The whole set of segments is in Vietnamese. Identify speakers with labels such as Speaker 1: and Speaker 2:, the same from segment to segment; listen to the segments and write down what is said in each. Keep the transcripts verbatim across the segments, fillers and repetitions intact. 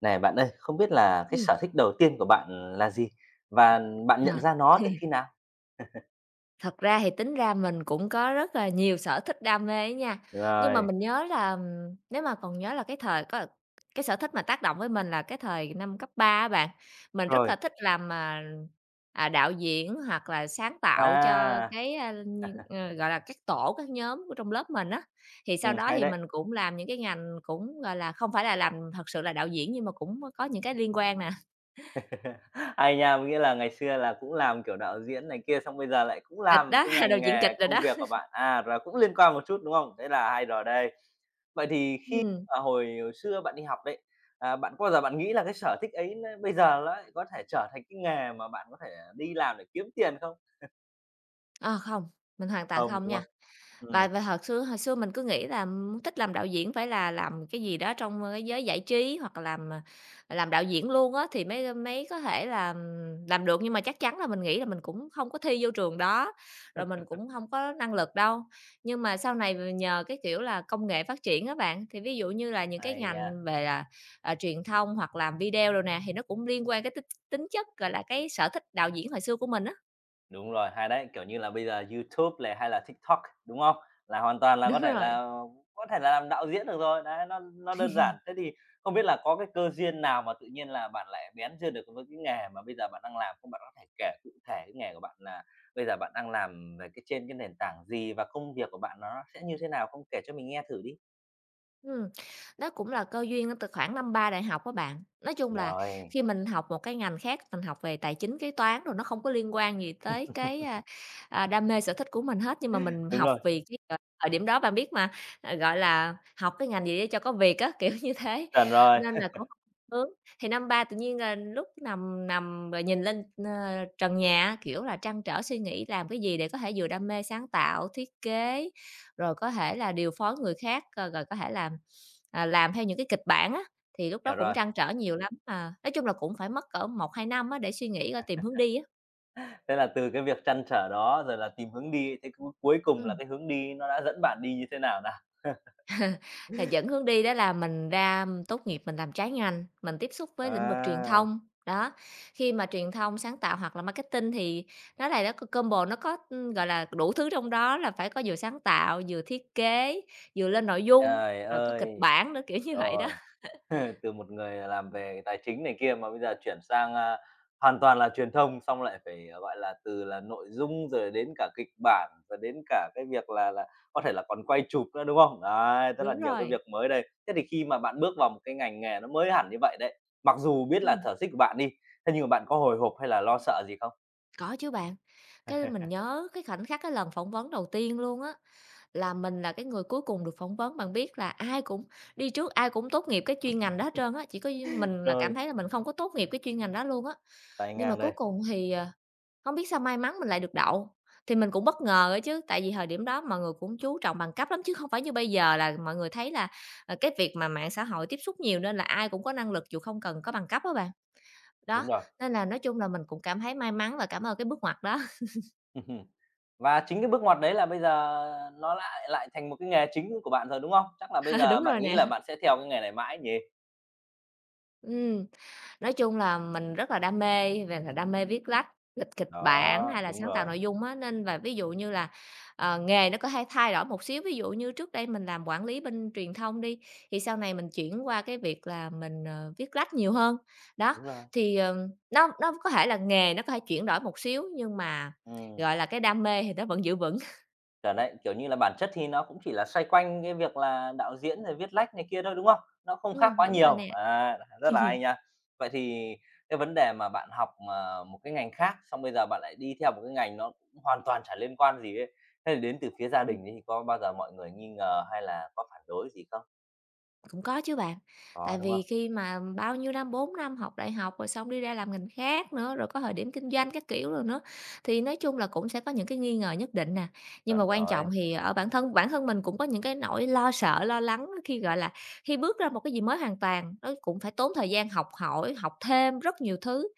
Speaker 1: Này bạn ơi, không biết là cái
Speaker 2: Ừm,
Speaker 1: sở thích đầu tiên của bạn là gì? Và bạn nhận
Speaker 2: à.
Speaker 1: ra nó từ khi nào?
Speaker 2: Thật ra thì tính ra mình cũng có rất là nhiều sở thích đam mê ấy nha, nhưng mà
Speaker 1: Rồi,
Speaker 2: mình nhớ là, ừm, nếu mà còn nhớ là cái thời có cái sở thích mà tác động với mình là cái thời năm cấp ba á bạn. Mình rất
Speaker 1: rồi,
Speaker 2: là thích làm, à, à, đạo diễn hoặc là sáng tạo cho
Speaker 1: à,
Speaker 2: cái, a, như, ờ, gọi là, các tổ, các nhóm của trong lớp mình á. Thì sau
Speaker 1: ừm,
Speaker 2: đó
Speaker 1: hay
Speaker 2: thì mình
Speaker 1: đấy.
Speaker 2: cũng làm những cái ngành cũng, gọi là, không phải là làm thật sự là đạo diễn nhưng mà cũng có những cái liên quan nè,
Speaker 1: Hay nha, có nghĩa là ngày xưa là cũng làm, kiểu, đạo diễn này kia, xong bây giờ lại cũng
Speaker 2: kịch
Speaker 1: làm
Speaker 2: đó,
Speaker 1: cái
Speaker 2: đạo
Speaker 1: ngành
Speaker 2: diễn
Speaker 1: nghề
Speaker 2: kịch rồi
Speaker 1: công
Speaker 2: đó.
Speaker 1: việc của bạn, à, là cũng liên quan một chút, đúng không? Thế là hay rồi đây. Vậy thì khi
Speaker 2: Ừm.
Speaker 1: mà hồi xưa bạn đi học đấy, à, bạn có bao giờ bạn nghĩ là cái sở thích ấy nó bây giờ nó lại có thể trở thành cái nghề mà bạn có thể đi làm để kiếm tiền không?
Speaker 2: Ờ, không, mình hoàn toàn
Speaker 1: Không,
Speaker 2: không
Speaker 1: đúng
Speaker 2: nha.
Speaker 1: không? Ừm,
Speaker 2: Và và thật xưa hồi xưa mình cứ nghĩ là, ừm, thích làm đạo diễn phải là làm cái gì đó trong, ờ, cái giới giải trí hoặc là làm, à, làm đạo diễn luôn á thì mới mới có thể làm làm được, nhưng mà chắc chắn là mình nghĩ là mình cũng không có thi vô trường đó, rồi mình cũng không có năng lực đâu. Nhưng mà sau này v nhờ cái, kiểu là, công nghệ phát triển á bạn, thì ví dụ như là những cái
Speaker 1: hay nha.
Speaker 2: ngành về là, à, truyền thông hoặc làm video rồi nè, thì nó cũng liên quan cái tính tính chất, gọi là, cái sở thích đạo diễn hồi xưa của mình á.
Speaker 1: Đúng rồi, hay đấy, kiểu như là, bây giờ YouTube này hay là TikTok, đúng không? Là hoàn toàn là
Speaker 2: Đúng
Speaker 1: có thể
Speaker 2: rồi.
Speaker 1: là có thể là làm đạo diễn được rồi, đấy, nó nó đơn giản. Thế thì không biết là có cái cơ duyên nào mà tự nhiên là bạn lại bén duyên được với cái nghề mà bây giờ bạn đang làm không? Bạn có thể kể cụ thể cái nghề của bạn là bây giờ bạn đang làm về cái trên cái nền tảng gì và công việc của bạn nó sẽ như thế nào không? Kể cho mình nghe thử đi.
Speaker 2: Ừm, đó cũng là cơ duyên từ khoảng năm ba đại học á bạn. Nói chung là
Speaker 1: Rồi,
Speaker 2: khi mình học một cái ngành khác, mình học về tài chính, kế toán rồi nó không có liên quan gì tới cái, a, à, đam mê sở thích của mình hết, nhưng mà mình
Speaker 1: đúng
Speaker 2: học
Speaker 1: rồi,
Speaker 2: vì cái thời thời điểm đó bạn biết mà, ờ, gọi là, học cái ngành gì để cho có việc á, kiểu như thế,
Speaker 1: chuẩn rồi,
Speaker 2: nên là cũng không hướng. Thì năm ba tự nhiên, ờ, lúc nằm nằm rồi nhìn lên, ơ, trần nhà kiểu là, trăn trở suy nghĩ làm cái gì để có thể vừa đam mê sáng tạo, thiết kế, rồi có thể là điều phối người khác, ờ, rồi có thể làm, à, làm theo những cái kịch bản á, thì lúc đó
Speaker 1: hiểu
Speaker 2: cũng
Speaker 1: rồi.
Speaker 2: trăn trở nhiều lắm. Mà nói chung là cũng phải mất cỡ một hai năm á để suy nghĩ coi tìm hướng đi á.
Speaker 1: Thế là từ cái việc trăn trở đó rồi là tìm hướng đi, thế cuối cuối cùng là
Speaker 2: Ừm,
Speaker 1: cái hướng đi nó đã dẫn bạn đi như thế nào nào?
Speaker 2: thì dẫn hướng đi đó là mình ra tốt nghiệp mình làm trái ngành, mình tiếp xúc với lĩnh vực truyền
Speaker 1: À.
Speaker 2: thông, đó. Khi mà truyền thông, sáng tạo hoặc là marketing thì nó là nó c combo nó có, ưm, gọi là, đủ thứ trong đó là phải có vừa sáng tạo, vừa thiết kế, vừa lên nội dung,
Speaker 1: Trời
Speaker 2: rồi có kịch
Speaker 1: ơi!
Speaker 2: bản nữa, kiểu như vậy đó.
Speaker 1: Rồi, từ một người làm về tài chính này kia mà bây giờ chuyển sang, a, hoàn toàn là truyền thông, xong lại phải, à, gọi là, từ là nội dung rồi đến cả kịch bản, và đến cả cái việc là là có thể là còn quay chụp nữa, đúng không? Đấy, rất là
Speaker 2: Đúng
Speaker 1: nhiều cái
Speaker 2: rồi,
Speaker 1: việc mới đây. Thế thì khi mà bạn bước vào một cái ngành nghề nó mới hẳn như vậy đấy, mặc dù biết là
Speaker 2: ừm.
Speaker 1: sở thích của bạn đi, thế nhưng mà bạn có hồi hộp hay là lo sợ gì không?
Speaker 2: Có chứ bạn. Cái mình nhớ cái khoảnh khắc cái lần phỏng vấn đầu tiên luôn á, là mình là cái người cuối cùng được phỏng vấn. Bạn biết là ai cũng đi trước, ai cũng tốt nghiệp cái chuyên ngành đó hết trơn á, chỉ có duy mình là cảm
Speaker 1: Rơi,
Speaker 2: thấy là mình không có tốt nghiệp cái chuyên ngành đó luôn á.
Speaker 1: tay
Speaker 2: Nhưng mà
Speaker 1: ngang
Speaker 2: cuối
Speaker 1: đây,
Speaker 2: cùng thì, ờ, hông biết sao may mắn mình lại được đậu, thì mình cũng bất ngờ á chứ, tại vì thời điểm đó mọi người cũng chú trọng bằng cấp lắm chứ không phải như bây giờ là mọi người thấy là, ờ, cái việc mà mạng xã hội tiếp xúc nhiều nên là ai cũng có năng lực dù không cần có bằng cấp đó bạn. Đó,
Speaker 1: đúng rồi.
Speaker 2: nên là nói chung là mình cũng cảm thấy may mắn và cảm ơn cái bước ngoặt đó.
Speaker 1: Và chính cái bước ngoặt đấy là bây giờ nó lại lại thành một cái nghề chính của bạn rồi, đúng không? Chắc là bây
Speaker 2: Ờ,
Speaker 1: giờ
Speaker 2: đúng
Speaker 1: bạn
Speaker 2: rồi
Speaker 1: nghĩ
Speaker 2: nè.
Speaker 1: là bạn sẽ theo cái nghề này mãi nhỉ?
Speaker 2: Ừm, nói chung là mình rất là đam mê về là đam mê viết lách, kịch kịch bản
Speaker 1: Đó,
Speaker 2: hay là
Speaker 1: đúng
Speaker 2: sáng tạo
Speaker 1: rồi.
Speaker 2: nội dung á, nên và ví dụ như là, ờ, nghề nó có hay thay đổi một xíu. Ví dụ như trước đây mình làm quản lý bên truyền thông đi, thì sau này mình chuyển qua cái việc là mình, ờ, viết lách nhiều hơn. Đó,
Speaker 1: Đúng rồi,
Speaker 2: thì, ờ, nó nó có thể là nghề nó có thể chuyển đổi một xíu, nhưng mà,
Speaker 1: ừm,
Speaker 2: gọi là, cái đam mê thì nó vẫn giữ vững.
Speaker 1: chuẩn đấy, kiểu như là, bản chất thì nó cũng chỉ là xoay quanh cái việc là đạo diễn rồi viết lách này kia thôi, đúng không? Nó không khác
Speaker 2: Ừm,
Speaker 1: quá
Speaker 2: đúng rồi
Speaker 1: nhiều,
Speaker 2: nè.
Speaker 1: à, rất là hay nha. Vậy thì cái vấn đề mà bạn học mà một cái ngành khác, xong bây giờ bạn lại đi theo một cái ngành nó cũng hoàn toàn chả liên quan gì ấy, thế thì đến từ phía gia đình ấy thì có bao giờ mọi người nghi ngờ hay là có phản đối gì không?
Speaker 2: Cũng có chứ bạn,
Speaker 1: Có,
Speaker 2: tại
Speaker 1: đúng
Speaker 2: vì
Speaker 1: không?
Speaker 2: khi mà bao nhiêu năm, bốn năm học đại học rồi xong đi ra làm ngành khác nữa, rồi có thời điểm kinh doanh các kiểu rồi nữa, thì nói chung là cũng sẽ có những cái nghi ngờ nhất định nè. Nhưng mà
Speaker 1: Chuẩn
Speaker 2: quan
Speaker 1: rồi.
Speaker 2: trọng thì ở bản thân bản thân mình cũng có những cái nỗi lo sợ, lo lắng khi, gọi là, khi bước ra một cái gì mới hoàn toàn, nó cũng phải tốn thời gian học hỏi, học thêm rất nhiều thứ.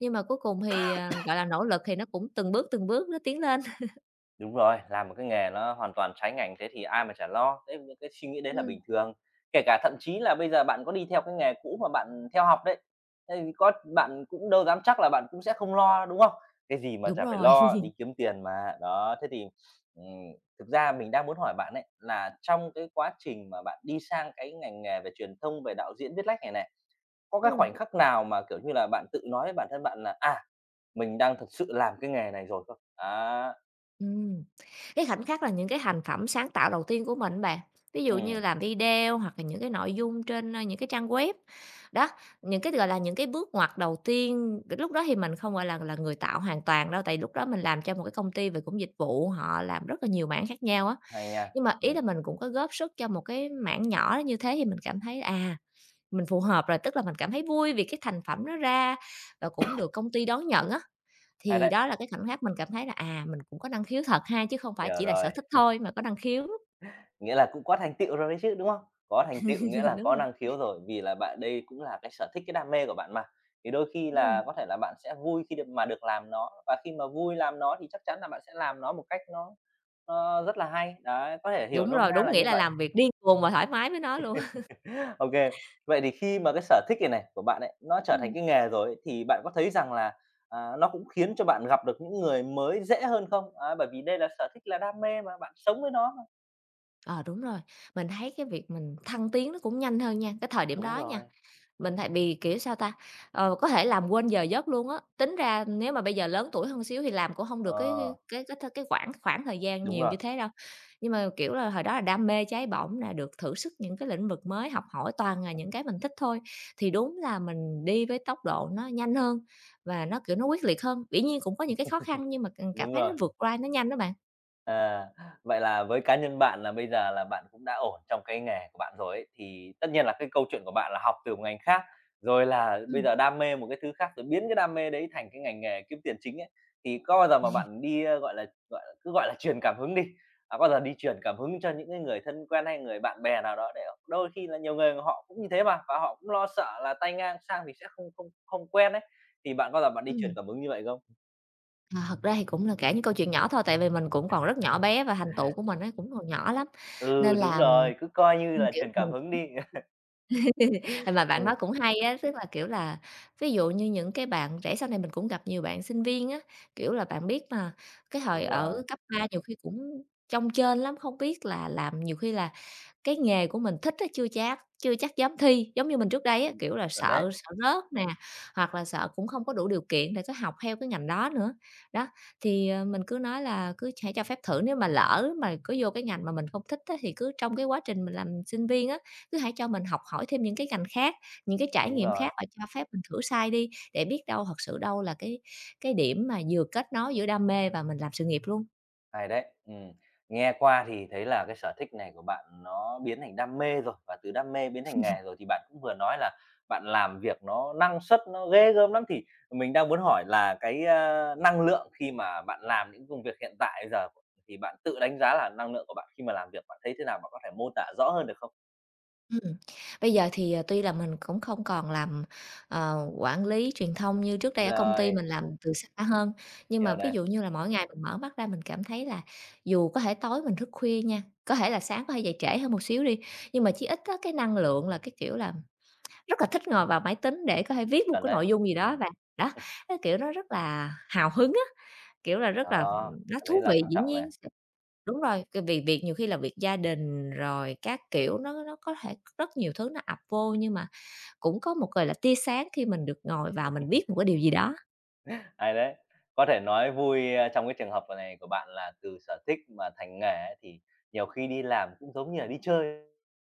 Speaker 2: Nhưng mà cuối cùng thì, à, gọi là, nỗ lực thì nó cũng từng bước, từng bước nó tiến lên.
Speaker 1: Đúng rồi, làm một cái nghề nó hoàn toàn trái ngành thế thì ai mà chả lo, đấy, những cái suy nghĩ đấy là
Speaker 2: Ừm,
Speaker 1: bình thường. Kể cả thậm chí là bây giờ bạn có đi theo cái nghề cũ mà bạn theo học đấy, thế thì có bạn cũng đâu dám chắc là bạn cũng sẽ không lo, đúng không? Cái gì mà
Speaker 2: đúng
Speaker 1: chả phải
Speaker 2: rồi.
Speaker 1: lo, đi kiếm tiền mà. Đó, thế thì, ừm, thực ra mình đang muốn hỏi bạn ấy là trong cái quá trình mà bạn đi sang cái ngành nghề về truyền thông, về đạo diễn, viết lách này này, có cái
Speaker 2: Ừm.
Speaker 1: khoảnh khắc nào mà, kiểu như là, bạn tự nói với bản thân bạn là "À, mình đang thực sự làm cái nghề này rồi" không? Á,
Speaker 2: Ừm, cái khoảnh khắc là những cái thành phẩm sáng tạo đầu tiên của mình bạn, ví dụ như
Speaker 1: ừm.
Speaker 2: làm video hoặc là những cái nội dung trên, ơ, những cái trang web. Đó, những cái, gọi là, những cái bước ngoặt đầu tiên, lúc đó thì mình không, gọi là, là người tạo hoàn toàn đâu, tại lúc đó mình làm cho một cái công ty về cũng dịch vụ, họ làm rất là nhiều mảng khác nhau á.
Speaker 1: Hay nha,
Speaker 2: Nhưng mà ý
Speaker 1: ừm,
Speaker 2: là mình cũng có góp sức cho một cái mảng nhỏ như thế thì mình cảm thấy, à, mình phù hợp rồi, tức là mình cảm thấy vui vì cái thành phẩm nó ra và cũng được công ty đón nhận á.
Speaker 1: hay
Speaker 2: Thì
Speaker 1: đấy,
Speaker 2: đó là cái khoảnh khắc mình cảm thấy là, à, mình cũng có năng khiếu thật ha, chứ không phải
Speaker 1: hiểu
Speaker 2: chỉ là sở
Speaker 1: rồi.
Speaker 2: thích thôi mà có năng khiếu.
Speaker 1: Nghĩa là cũng có thành tựu rồi đấy chứ, đúng không? Có thành tựu nghĩa là
Speaker 2: Đúng
Speaker 1: có
Speaker 2: rồi,
Speaker 1: năng khiếu rồi, vì là bạn đây cũng là cái sở thích, cái đam mê của bạn mà, thì đôi khi
Speaker 2: ừm,
Speaker 1: là có thể là bạn sẽ vui khi được mà được làm nó, và khi mà vui làm nó thì chắc chắn là bạn sẽ làm nó một cách nó nó rất là hay, đấy, có thể hiểu
Speaker 2: đúng
Speaker 1: nôm
Speaker 2: rồi,
Speaker 1: na
Speaker 2: đúng
Speaker 1: là
Speaker 2: nghĩa
Speaker 1: như
Speaker 2: là
Speaker 1: vậy.
Speaker 2: làm việc điên cuồng và thoải mái với nó luôn.
Speaker 1: OK. Vậy thì khi mà cái sở thích này này của bạn ấy, nó trở thành
Speaker 2: Ừm,
Speaker 1: cái nghề rồi ấy, thì bạn có thấy rằng là, à, nó cũng khiến cho bạn gặp được những người mới dễ hơn không? Ấy, bởi vì đây là sở thích là đam mê mà, bạn sống với nó.
Speaker 2: ờ, đúng rồi, mình thấy cái việc mình thăng tiến nó cũng nhanh hơn nha, cái thời điểm
Speaker 1: Đúng
Speaker 2: đó nha.
Speaker 1: rồi,
Speaker 2: Mình tại vì, kiểu, sao ta, ờ, có thể làm quên giờ giấc luôn á. Tính ra nếu mà bây giờ lớn tuổi hơn xíu thì làm cũng không được cái cái
Speaker 1: ờ,
Speaker 2: cái cái, th cái khoảng khoảng thời gian
Speaker 1: đúng
Speaker 2: nhiều
Speaker 1: rồi,
Speaker 2: như thế đâu. Nhưng mà, kiểu là, hồi đó là đam mê cháy bỏng là được thử sức những cái lĩnh vực mới, học hỏi toàn là những cái mình thích thôi, thì đúng là mình đi với tốc độ nó nhanh hơn và nó, kiểu, nó quyết liệt hơn. Dĩ nhiên cũng có những cái khó khăn nhưng mà c cảm
Speaker 1: đúng
Speaker 2: thấy nó
Speaker 1: rồi.
Speaker 2: vượt qua nó nhanh đó bạn.
Speaker 1: À, vậy là với cá nhân bạn là bây giờ là bạn cũng đã ổn trong cái nghề của bạn rồi ấy, thì tất nhiên là cái câu chuyện của bạn là học từ một ngành khác, rồi là bây
Speaker 2: Ừm,
Speaker 1: giờ đam mê một cái thứ khác, rồi biến cái đam mê đấy thành cái ngành nghề kiếm tiền chính ấy, thì có bao giờ mà bạn đi, ơ, gọi là, gọi là, cứ gọi là truyền cảm hứng đi, à, có bao giờ đi truyền cảm hứng cho những cái người thân quen hay người bạn bè nào đó để đôi khi là nhiều người họ cũng như thế mà, và họ cũng lo sợ là tay ngang sang thì sẽ không không không quen ấy, thì bạn có bao giờ bạn đi truyền
Speaker 2: ừm.
Speaker 1: cảm hứng như vậy không?
Speaker 2: À, thật ra thì cũng là kể những câu chuyện nhỏ thôi, tại vì mình cũng còn rất nhỏ bé và thành tựu của mình ấy cũng còn nhỏ lắm,
Speaker 1: Ừ,
Speaker 2: nên
Speaker 1: đúng
Speaker 2: là
Speaker 1: rồi, cứ coi như
Speaker 2: Ừm,
Speaker 1: là
Speaker 2: kiểu,
Speaker 1: truyền cảm
Speaker 2: mình
Speaker 1: hứng đi.
Speaker 2: mà bạn nói
Speaker 1: Ừm,
Speaker 2: cũng hay á, tức là, kiểu là, ví dụ như những cái bạn trẻ sau này mình cũng gặp nhiều bạn sinh viên á, kiểu là, bạn biết mà cái thời
Speaker 1: đúng
Speaker 2: ở
Speaker 1: rồi,
Speaker 2: cấp ba nhiều khi cũng chông chênh lắm, không biết là làm nhiều khi là cái nghề của mình thích á, chưa chắc chưa chắc dám thi. Giống như mình trước đây á, kiểu là,
Speaker 1: chuẩn
Speaker 2: sợ
Speaker 1: đấy.
Speaker 2: sợ rớt nè, hoặc là sợ cũng không có đủ điều kiện để có học theo cái ngành đó nữa. Đó, thì, ờ, mình cứ nói là cứ hãy cho phép thử, nếu mà lỡ mà có vô cái ngành mà mình không thích á, thì cứ trong cái quá trình mình làm sinh viên á, cứ hãy cho mình học hỏi thêm những cái ngành khác, những cái trải
Speaker 1: Đúng
Speaker 2: nghiệm
Speaker 1: rồi,
Speaker 2: khác và cho phép mình thử sai đi, để biết đâu thật sự đâu là cái cái điểm mà vừa kết nối giữa đam mê và mình làm sự nghiệp luôn.
Speaker 1: hay đấy. Ừm, nghe qua thì thấy là cái sở thích này của bạn nó biến thành đam mê rồi, và từ đam mê biến thành nghề rồi, thì bạn cũng vừa nói là bạn làm việc nó năng suất nó ghê gớm lắm, thì mình đang muốn hỏi là cái, a, năng lượng khi mà bạn làm những công việc hiện tại bây giờ thì bạn tự đánh giá là năng lượng của bạn khi mà làm việc bạn thấy thế nào? Bạn có thể mô tả rõ hơn được không?
Speaker 2: Ừm, bây giờ thì, ờ, tuy là mình cũng không còn làm, ờ, quản lý truyền thông như trước đây ở công ty,
Speaker 1: Rồi,
Speaker 2: mình làm từ xa hơn, nhưng mà
Speaker 1: hiểu
Speaker 2: ví
Speaker 1: này,
Speaker 2: dụ như là mỗi ngày mình mở mắt ra mình cảm thấy là dù có thể tối mình thức khuya nha, có thể là sáng có thể dậy trễ hơn một xíu đi, nhưng mà chí ít á, cái năng lượng là, cái kiểu là, rất là thích ngồi vào máy tính để có thể viết một
Speaker 1: chuẩn
Speaker 2: cái nội
Speaker 1: đấy.
Speaker 2: dung gì đó
Speaker 1: Ừm,
Speaker 2: và Đó, cái kiểu nó rất là hào hứng á, kiểu là, rất là,
Speaker 1: đó,
Speaker 2: nó
Speaker 1: cái đấy
Speaker 2: thú
Speaker 1: là
Speaker 2: vị.
Speaker 1: quan
Speaker 2: Dĩ
Speaker 1: trọng
Speaker 2: nhiên.
Speaker 1: này.
Speaker 2: Đúng rồi, cái vì việc nhiều khi là việc gia đình rồi các kiểu nó nó có thể rất nhiều thứ nó ập vô, nhưng mà cũng có một, gọi là, tia sáng khi mình được ngồi vào mình biết một cái điều gì đó.
Speaker 1: Hay đấy. Có thể nói vui, a, trong cái trường hợp này của bạn là từ sở thích mà thành nghề ấy, thì nhiều khi đi làm cũng giống như là đi chơi.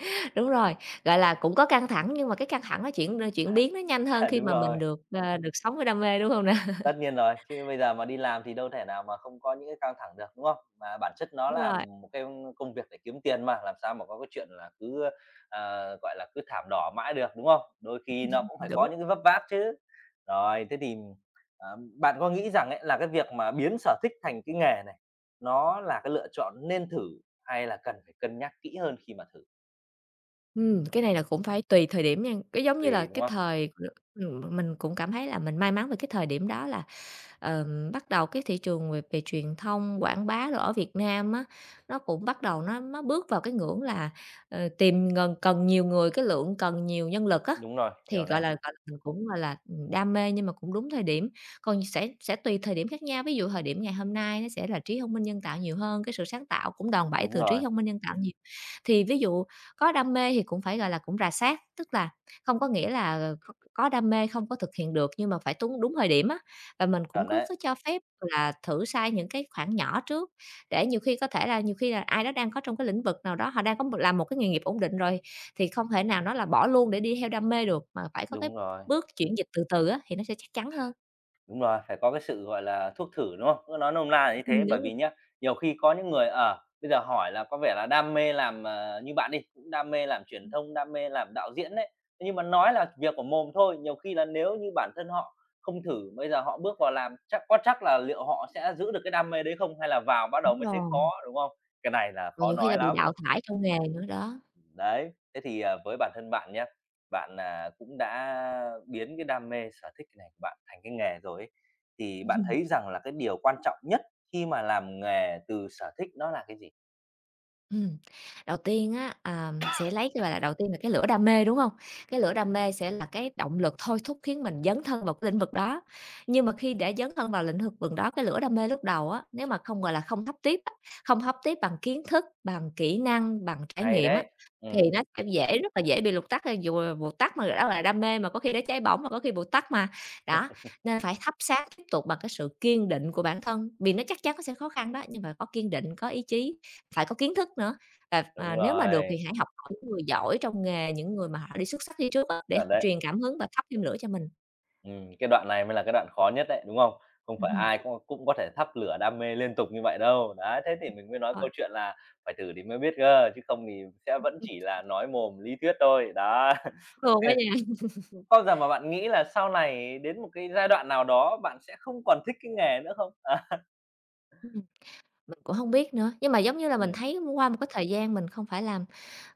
Speaker 2: Đúng rồi, gọi là, cũng có căng thẳng nhưng mà cái căng thẳng nó chuyển chuyển biến nó nhanh hơn
Speaker 1: À,
Speaker 2: khi
Speaker 1: đúng
Speaker 2: mà mình
Speaker 1: rồi.
Speaker 2: được, ờ, được sống với đam mê, đúng hông nè?
Speaker 1: Tất nhiên rồi, chứ bây giờ mà đi làm thì đâu thể nào mà không có những cái căng thẳng được, đúng không? Mà bản chất nó
Speaker 2: Đúng
Speaker 1: là
Speaker 2: rồi,
Speaker 1: một cái công việc để kiếm tiền mà, làm sao mà có cái chuyện là cứ, ờ, gọi là, cứ thảm đỏ mãi được, đúng không? Đôi khi nó cũng phải
Speaker 2: đúng.
Speaker 1: có những cái vấp váp chứ. Rồi, thế thì, ờ, bạn có nghĩ rằng ấy là cái việc mà biến sở thích thành cái nghề này, nó là cái lựa chọn nên thử hay là cần phải cân nhắc kỹ hơn khi mà thử?
Speaker 2: Ừm, cái này là cũng phải tùy thời điểm nha, cái giống như là
Speaker 1: Tùy. Đúng
Speaker 2: cái
Speaker 1: không?
Speaker 2: thời ừm, mình cũng cảm thấy là mình may mắn về cái thời điểm đó là ờm, bắt đầu cái thị trường về về truyền thông, quảng bá đồ ở Việt Nam á, nó cũng bắt đầu nó nó bước vào cái ngưỡng là, ờ, tìm gần cần nhiều người, cái lượng cần nhiều nhân lực á,
Speaker 1: Đúng rồi,
Speaker 2: thì,
Speaker 1: hiểu
Speaker 2: gọi
Speaker 1: này.
Speaker 2: là, gọi là, mình cũng, gọi là, ừ, đam mê nhưng mà cũng đúng thời điểm. Còn sẽ sẽ tùy thời điểm khác nhau, ví dụ thời điểm ngày hôm nay nó sẽ là trí thông minh nhân tạo nhiều hơn, cái sự sáng tạo cũng đòn bẩy
Speaker 1: Đúng
Speaker 2: từ trí
Speaker 1: rồi,
Speaker 2: thông minh nhân tạo nhiều. Thì ví dụ có đam mê thì cũng phải, gọi là, cũng rà sát tức là không có nghĩa là có có đam mê không có thực hiện được nhưng mà phải đúng đúng thời điểm á. Và mình cũng
Speaker 1: chuẩn
Speaker 2: cứ
Speaker 1: đấy,
Speaker 2: có cho phép là thử sai những cái khoản nhỏ trước, để nhiều khi có thể là nhiều khi là ai đó đang có trong cái lĩnh vực nào đó, họ đang có một làm một cái nghề nghiệp ổn định rồi, thì không thể nào nó là bỏ luôn để đi theo đam mê được, mà phải có cái
Speaker 1: đúng rồi.
Speaker 2: bước chuyển dịch từ từ á, thì nó sẽ chắc chắn hơn.
Speaker 1: Đúng rồi, phải có cái sự, gọi là, thuốc thử, đúng không? Cứ nói nôm na là như thế,
Speaker 2: Ừm,
Speaker 1: bởi
Speaker 2: đúng,
Speaker 1: vì nhá, nhiều khi có những người, ở bây giờ hỏi là có vẻ là đam mê làm, ờ như bạn đi, cũng đam mê làm truyền thông, đam mê làm đạo diễn đấy, thế nhưng mà nói là việc của mồm thôi, nhiều khi là nếu như bản thân họ không thử, bây giờ họ bước vào làm chắc có chắc là liệu họ sẽ giữ được cái đam mê đấy không? Hay là vào bắt đầu
Speaker 2: đúng
Speaker 1: mới thấy
Speaker 2: rồi,
Speaker 1: khó, đúng không? Cái này là
Speaker 2: rồi
Speaker 1: khó
Speaker 2: nhiều khi là
Speaker 1: nói
Speaker 2: bị
Speaker 1: lắm.
Speaker 2: đào thải trong nghề nữa đó.
Speaker 1: Đấy, thế thì, à, với bản thân bạn nhé bạn, à, cũng đã biến cái đam mê, sở thích này của bạn thành cái nghề rồi ấy, thì bạn thấy rằng là cái điều quan trọng nhất khi mà làm nghề từ sở thích đó là cái gì?
Speaker 2: Ừm, đầu tiên á, à, sẽ lấy cái, gọi là, đầu tiên là cái lửa đam mê, đúng không? Cái lửa đam mê sẽ là cái động lực thôi thúc khiến mình dấn thân vào cái lĩnh vực đó. Nhưng mà khi để dấn thân vào lĩnh vực vực đó, cái lửa đam mê lúc đầu á, nếu mà không, gọi là, không hấp tiếp á, không hấp tiếp bằng kiến thức, bằng kỹ năng, bằng trải
Speaker 1: Hay
Speaker 2: nghiệm á,
Speaker 1: đấy,
Speaker 2: thì
Speaker 1: ừm,
Speaker 2: nó sẽ dễ rất là dễ bị lụt tắt, dù là vụt tắt mà đó là đam mê mà có khi để cháy bỏng, mà có khi vụt tắt mà. Đó, nên phải thắp sáng tiếp tục bằng cái sự kiên định của bản thân, vì nó chắc chắn nó sẽ khó khăn đó, nhưng mà có kiên định, có ý chí phải có kiến thức nữa, và, à,
Speaker 1: đúng
Speaker 2: nếu mà được
Speaker 1: rồi,
Speaker 2: thì hãy học hỏi những người giỏi trong nghề, những người mà họ đi xuất sắc đi trước á, để họ
Speaker 1: chuẩn đấy.
Speaker 2: truyền cảm hứng và thắp thêm lửa cho mình.
Speaker 1: Ừm, cái đoạn này mới là cái đoạn khó nhất đấy, đúng không? Không
Speaker 2: Ừm
Speaker 1: phải
Speaker 2: hưm.
Speaker 1: ai cũng cũng có thể thắp lửa đam mê liên tục như vậy đâu. Đấy, thế thì mình mới nói
Speaker 2: Rồi,
Speaker 1: câu
Speaker 2: ưm,
Speaker 1: chuyện là phải thử thì mới biết cơ, chứ không thì sẽ vẫn
Speaker 2: cũng
Speaker 1: chỉ là nói mồm lý thuyết thôi, đó.
Speaker 2: được
Speaker 1: Bao giờ mà bạn nghĩ là sau này đến một cái giai đoạn nào đó bạn sẽ không còn thích cái nghề nữa không? À,
Speaker 2: nha. Mình cũng hông biết nữa, nhưng mà, giống như là, mình
Speaker 1: ừm,
Speaker 2: thấy qua một cái thời gian mình không phải làm,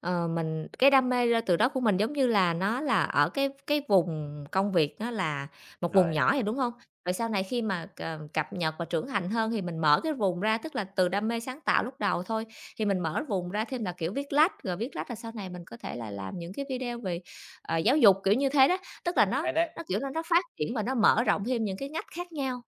Speaker 2: ờ, mình cái đam mê ra từ đó của mình, giống như là, nó là ở cái cái vùng công việc nó là một vùng
Speaker 1: rồi,
Speaker 2: nhỏ vậy, đúng hông? Rồi sau này khi mà c ờ, cập nhật và trưởng thành hơn thì mình mở cái vùng ra, tức là từ đam mê sáng tạo lúc đầu thôi, thì mình mở vùng ra thêm là, kiểu, viết lách, rồi viết lách là sau này mình có thể là làm những cái video về, ờ, giáo dục, kiểu như thế đó. Tức là nó
Speaker 1: hay đấy.
Speaker 2: nó, kiểu, nó nó phát triển và nó mở rộng thêm những cái ngách khác nhau.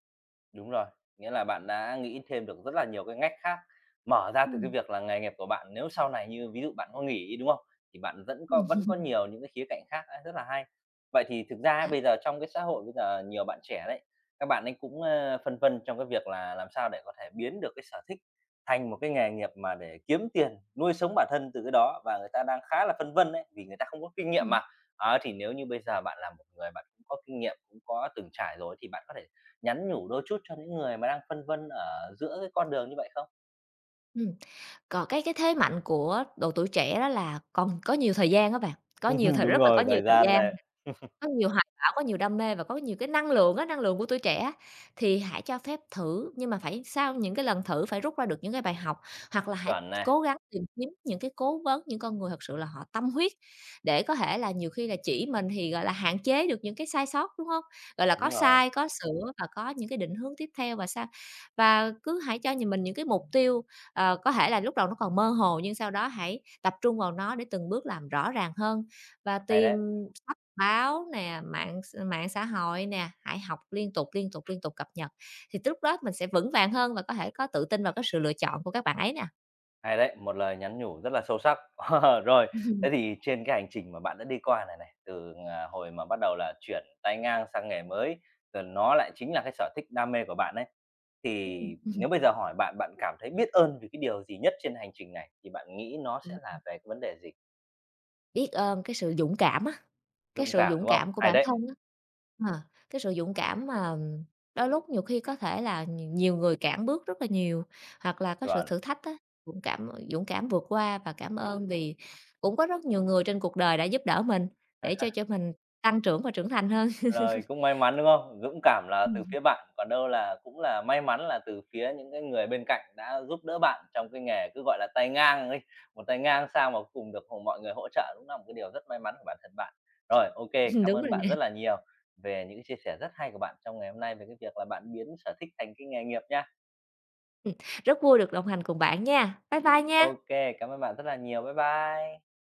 Speaker 1: Đúng rồi, nghĩa là bạn đã nghĩ thêm được rất là nhiều cái ngách khác, mở ra từ cái
Speaker 2: Ừm,
Speaker 1: việc là nghề nghiệp của bạn nếu sau này như ví dụ bạn có nghỉ đúng không? Thì bạn vẫn có
Speaker 2: ừm,
Speaker 1: vẫn có nhiều những cái khía cạnh khác á, rất là hay. Vậy thì thực ra á,
Speaker 2: đã,
Speaker 1: bây giờ trong cái xã hội bây giờ nhiều bạn trẻ đấy, các bạn ấy cũng, ơ, phân vân trong cái việc là làm sao để có thể biến được cái sở thích thành một cái nghề nghiệp mà để kiếm tiền nuôi sống bản thân từ cái đó và người ta đang khá là phân vân đấy, vì người ta không có kinh nghiệm
Speaker 2: ừm,
Speaker 1: mà. Đó, thì nếu như bây giờ bạn là một người bạn cũng có kinh nghiệm, cũng có từng trải rồi thì bạn có thể nhắn nhủ đôi chút cho những người mà đang phân vân ở giữa cái con đường như vậy không?
Speaker 2: ừm. Còn cái cái thế mạnh của độ tuổi trẻ đó là còn có nhiều thời gian á bạn, có nhiều thời
Speaker 1: Đúng
Speaker 2: rất là có
Speaker 1: rồi,
Speaker 2: nhiều
Speaker 1: thời
Speaker 2: thời
Speaker 1: gian
Speaker 2: gian.
Speaker 1: này.
Speaker 2: Có nhiều hoài bão, có nhiều đam mê và có nhiều cái năng lượng á, năng lượng của tuổi trẻ á, thì hãy cho phép thử, nhưng mà phải sau những cái lần thử phải rút ra được những cái bài học, hoặc là hãy
Speaker 1: Chuẩn này,
Speaker 2: cố gắng tìm kiếm những cái cố vấn, những con người thật sự là họ tâm huyết, để có thể là nhiều khi là chỉ mình thì, gọi là, hạn chế được những cái sai sót, đúng không? Gọi là, có
Speaker 1: đúng rồi,
Speaker 2: sai, có sửa và có những cái định hướng tiếp theo và sao và cứ hãy cho nhìn mình những cái mục tiêu, ờ, có thể là lúc đầu nó còn mơ hồ nhưng sau đó hãy tập trung vào nó để từng bước làm rõ ràng hơn và
Speaker 1: hay
Speaker 2: tìm
Speaker 1: đấy,
Speaker 2: báo nè, mạng x mạng xã hội nè, hãy học liên tục, liên tục, liên tục cập nhật, thì tới lúc đó mình sẽ vững vàng hơn và có thể có tự tin vào cái sự lựa chọn của các bạn ấy nè.
Speaker 1: hay đấy, một lời nhắn nhủ rất là sâu sắc. Rồi, thế thì trên cái hành trình mà bạn đã đi qua này này, từ, à, hồi mà bắt đầu là chuyển tay ngang sang nghề mới, rồi nó lại chính là cái sở thích đam mê của bạn ấy, thì
Speaker 2: Ừm,
Speaker 1: nếu bây giờ hỏi bạn, bạn cảm thấy biết ơn vì cái điều gì nhất trên hành trình này, thì bạn nghĩ nó sẽ là về cái vấn đề gì?
Speaker 2: biết ơn cái sự dũng cảm á, cái
Speaker 1: Dũng
Speaker 2: sự
Speaker 1: cảm,
Speaker 2: dũng
Speaker 1: đúng
Speaker 2: cảm
Speaker 1: không?
Speaker 2: của
Speaker 1: Hay
Speaker 2: bản
Speaker 1: đấy,
Speaker 2: thân á. Ờ, cái sự dũng cảm mà đôi lúc nhiều khi có thể là nhiều nhiều người cản bước rất là nhiều, hoặc là có sự
Speaker 1: chuẩn.
Speaker 2: thử thách á, dũng cảm dũng cảm vượt qua và cảm ơn vì cũng có rất nhiều người trên cuộc đời đã giúp đỡ mình để cho cho mình tăng trưởng và trưởng thành hơn.
Speaker 1: Lời cũng may mắn, đúng không? Dũng cảm là từ phía bạn, còn đâu là cũng là may mắn là từ phía những cái người bên cạnh đã giúp đỡ bạn trong cái nghề cứ gọi là tay ngang ấy, một tay ngang sao mà cùng được h mọi người hỗ trợ cũng là một cái điều rất may mắn của bản thân bạn. Rồi, OK,
Speaker 2: Ừm,
Speaker 1: cảm
Speaker 2: đúng
Speaker 1: ơn
Speaker 2: rồi
Speaker 1: bạn
Speaker 2: nè.
Speaker 1: rất là nhiều về những chia sẻ rất hay của bạn trong ngày hôm nay về cái việc là bạn biến sở thích thành cái nghề nghiệp nha.
Speaker 2: Ừm, rất vui được đồng hành cùng bạn nha. Bye bye nha.
Speaker 1: OK, cảm ơn bạn rất là nhiều. Bye bye.